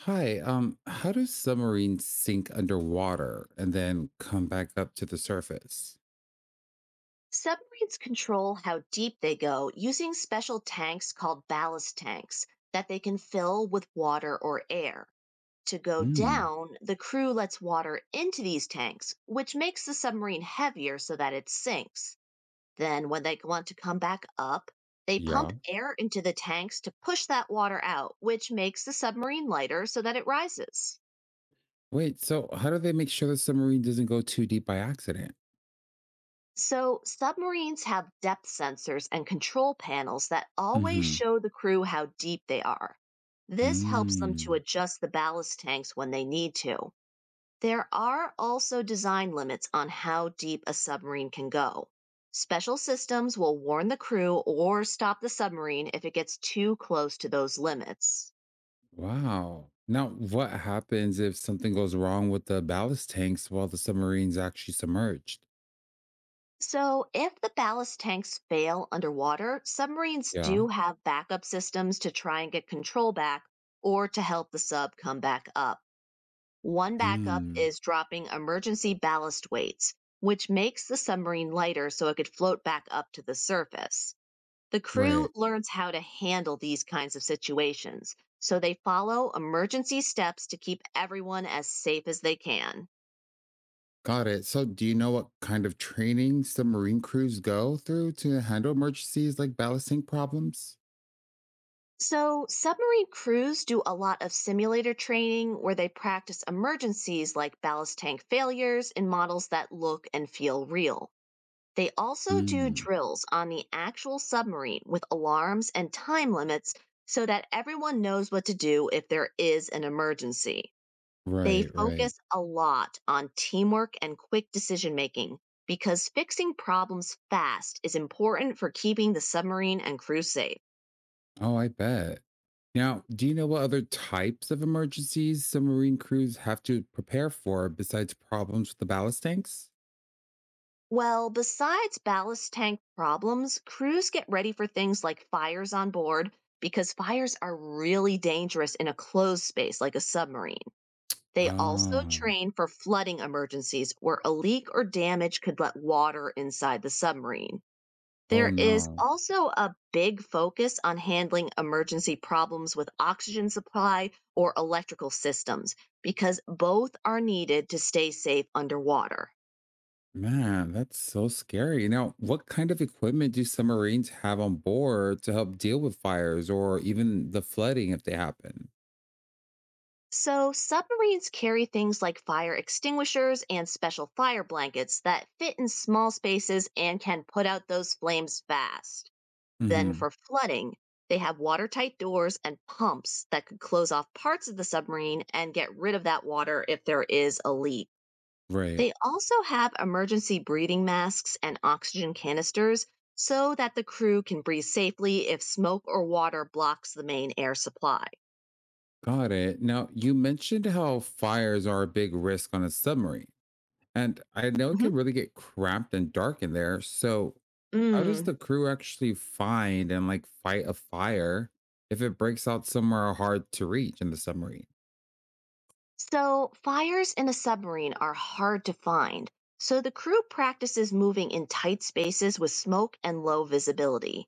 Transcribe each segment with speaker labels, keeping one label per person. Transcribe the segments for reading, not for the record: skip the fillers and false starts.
Speaker 1: Hi, how do submarines sink underwater and then come back up to the surface?
Speaker 2: Submarines control how deep they go using special tanks called ballast tanks that they can fill with water or air. To go
Speaker 1: Mm,
Speaker 2: down, the crew lets water into these tanks, which makes the submarine heavier so that it sinks. Then, when they want to come back up, they pump
Speaker 1: yeah.
Speaker 2: air into the tanks to push that water out, which makes the submarine lighter so that it rises.
Speaker 1: Wait, so how do they make sure the submarine doesn't go too deep by accident?
Speaker 2: So, submarines have depth sensors and control panels that always
Speaker 1: Mm-hmm.
Speaker 2: show the crew how deep they are. This helps them to
Speaker 1: Mm,
Speaker 2: adjust the ballast tanks when they need to. There are also design limits on how deep a submarine can go. Special systems will warn the crew or stop the submarine if it gets too close to those limits.
Speaker 1: wow. Now, what happens if something goes wrong with the ballast tanks while the submarine's actually submerged?
Speaker 2: So, if the ballast tanks fail underwater, submarines
Speaker 1: Yeah.
Speaker 2: do have backup systems to try and get control back or to help the sub come back up. One backup
Speaker 1: Mm,
Speaker 2: is dropping emergency ballast weights, which makes the submarine lighter so it could float back up to the surface. The crew
Speaker 1: right.
Speaker 2: learns how to handle these kinds of situations, so they follow emergency steps to keep everyone as safe as they can.
Speaker 1: Got it. So, do you know what kind of training submarine crews go through to handle emergencies like ballast tank problems?
Speaker 2: So, submarine crews do a lot of simulator training where they practice emergencies like ballast tank failures in models that look and feel real. They also do
Speaker 1: Mm.
Speaker 2: drills on the actual submarine with alarms and time limits so that everyone knows what to do if there is an emergency. They
Speaker 1: Right, right.
Speaker 2: focus a lot on teamwork and quick decision making because fixing problems fast is important for keeping the submarine and crew safe.
Speaker 1: Oh, I bet. Now, do you know what other types of emergencies submarine crews have to prepare for besides problems with the ballast tanks?
Speaker 2: Well, besides ballast tank problems, crews get ready for things like fires on board because fires are really dangerous in a closed space like a submarine. They also
Speaker 1: Oh,
Speaker 2: train for flooding emergencies where a leak or damage could let water inside the submarine.
Speaker 1: oh
Speaker 2: There is
Speaker 1: no.
Speaker 2: also a big focus on handling emergency problems with oxygen supply or electrical systems because both are needed to stay safe underwater.
Speaker 1: Man, that's so scary. Now, what kind of equipment do submarines have on board to help deal with fires or even the flooding if they happen?
Speaker 2: So, submarines carry things like fire extinguishers and special fire blankets that fit in small spaces and can put out those flames fast. Then,
Speaker 1: Hmm.
Speaker 2: for flooding, they have watertight doors and pumps that could close off parts of the submarine and get rid of that water if there is a leak.
Speaker 1: Right.
Speaker 2: They also have emergency breathing masks and oxygen canisters so that the crew can breathe safely if smoke or water blocks the main air supply.
Speaker 1: Got it. Now, you mentioned how fires are a big risk on a submarine. And I know it
Speaker 2: Mhm.
Speaker 1: can really get cramped and dark in there. So, how does
Speaker 2: Mm.
Speaker 1: the crew actually find and like fight a fire if it breaks out somewhere hard to reach in the submarine?
Speaker 2: So, fires in a submarine are hard to find, so the crew practices moving in tight spaces with smoke and low visibility.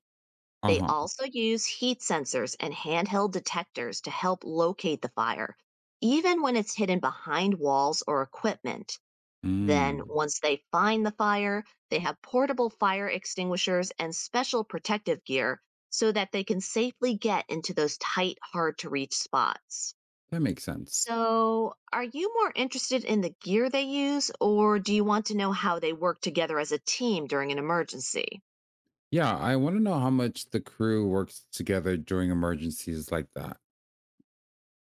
Speaker 1: Uh
Speaker 2: They
Speaker 1: huh.
Speaker 2: also use heat sensors and handheld detectors to help locate the fire, even when it's hidden behind walls or equipment. Then,
Speaker 1: Mm,
Speaker 2: once they find the fire, they have portable fire extinguishers and special protective gear so that they can safely get into those tight, hard to reach spots.
Speaker 1: that makes sense.
Speaker 2: So, are you more interested in the gear they use, or do you want to know how they work together as a team during an emergency?
Speaker 1: Yeah, I want to know how much the crew works together during emergencies like that.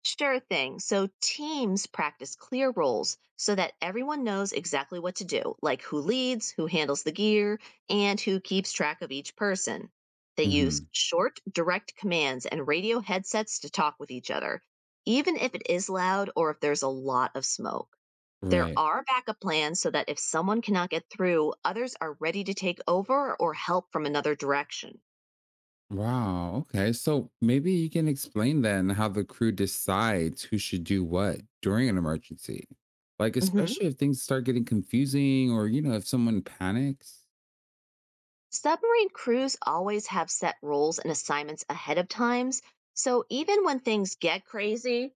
Speaker 2: Sure thing. So, teams practice clear roles so that everyone knows exactly what to do, like who leads, who handles the gear, and who keeps track of each person. They use
Speaker 1: Hmm.
Speaker 2: short, direct commands and radio headsets to talk with each other, even if it is loud or if there's a lot of smoke. There
Speaker 1: Right.
Speaker 2: are backup plans so that if someone cannot get through, others are ready to take over or help from another direction.
Speaker 1: Wow. Okay. So maybe you can explain then how the crew decides who should do what during an emergency. Like,
Speaker 2: Hmm.
Speaker 1: especially if things start getting confusing or if someone panics.
Speaker 2: Submarine crews always have set roles and assignments ahead of times, so even when things get crazy,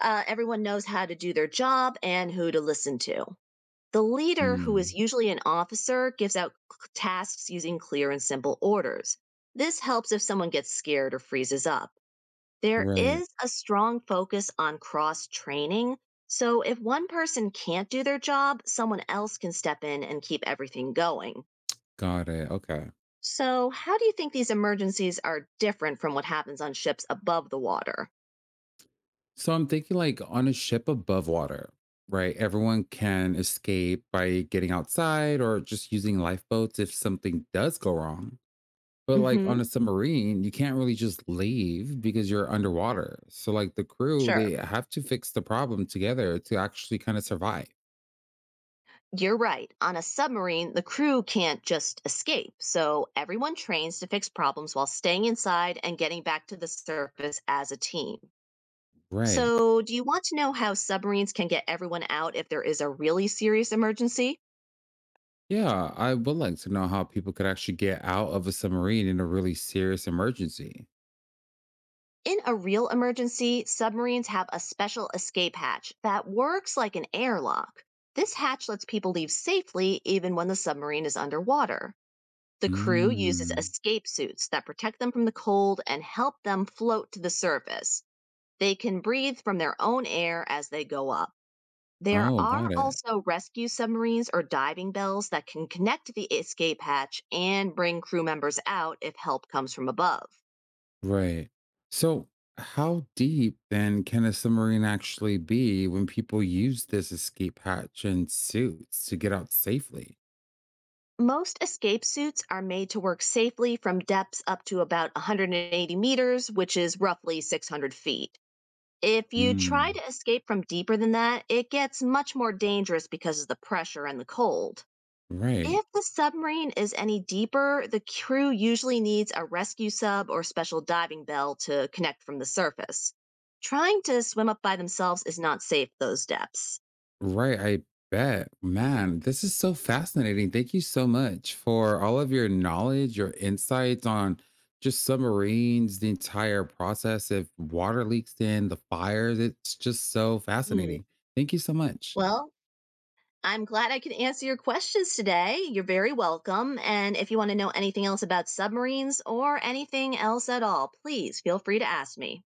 Speaker 2: everyone knows how to do their job and who to listen to. The leader, who is
Speaker 1: Mm,
Speaker 2: usually an officer, gives out tasks using clear and simple orders. This helps if someone gets scared or freezes up. There
Speaker 1: right.
Speaker 2: is a strong focus on cross training. So if one person can't do their job, someone else can step in and keep everything going.
Speaker 1: Got it. Okay.
Speaker 2: So, how do you think these emergencies are different from what happens on ships above the water?
Speaker 1: So I'm thinking like on a ship above water, right? Everyone can escape by getting outside or just using lifeboats if something does go wrong. But, like,
Speaker 2: Hmm.
Speaker 1: on a submarine, you can't really just leave because you're underwater. So, like, the crew,
Speaker 2: Sure.
Speaker 1: they have to fix the problem together to actually kinda survive.
Speaker 2: You're right. On a submarine, the crew can't just escape. So everyone trains to fix problems while staying inside and getting back to the surface as a team.
Speaker 1: Right.
Speaker 2: So, do you want to know how submarines can get everyone out if there is a really serious emergency?
Speaker 1: Yeah, I would like to know how people could actually get out of a submarine in a really serious emergency.
Speaker 2: In a real emergency, submarines have a special escape hatch that works like an airlock. This hatch lets people leave safely even when the submarine is underwater. The crew uses
Speaker 1: Mm.
Speaker 2: escape suits that protect them from the cold and help them float to the surface. They can breathe from their own air as they go up. There
Speaker 1: Oh,
Speaker 2: are
Speaker 1: got it.
Speaker 2: also rescue submarines or diving bells that can connect the escape hatch and bring crew members out if help comes from above.
Speaker 1: Right. So, how deep then can a submarine actually be when people use this escape hatch and suits to get out safely?
Speaker 2: Most escape suits are made to work safely from depths up to about 180 meters, which is roughly 600 feet. If you try
Speaker 1: Mm.
Speaker 2: to escape from deeper than that, it gets much more dangerous because of the pressure and the cold.
Speaker 1: Right.
Speaker 2: If the submarine is any deeper, the crew usually needs a rescue sub or special diving bell to connect from the surface. Trying to swim up by themselves is not safe at those depths.
Speaker 1: Right, I bet. Man, this is so fascinating. Thank you so much for all of your knowledge, your insights on just submarines, the entire process of water leaks in, the fires. It's just so
Speaker 2: Hmm.
Speaker 1: fascinating. Thank you so much.
Speaker 2: Well, I'm glad I could answer your questions today. You're very welcome. And if you want to know anything else about submarines or anything else at all, please feel free to ask me.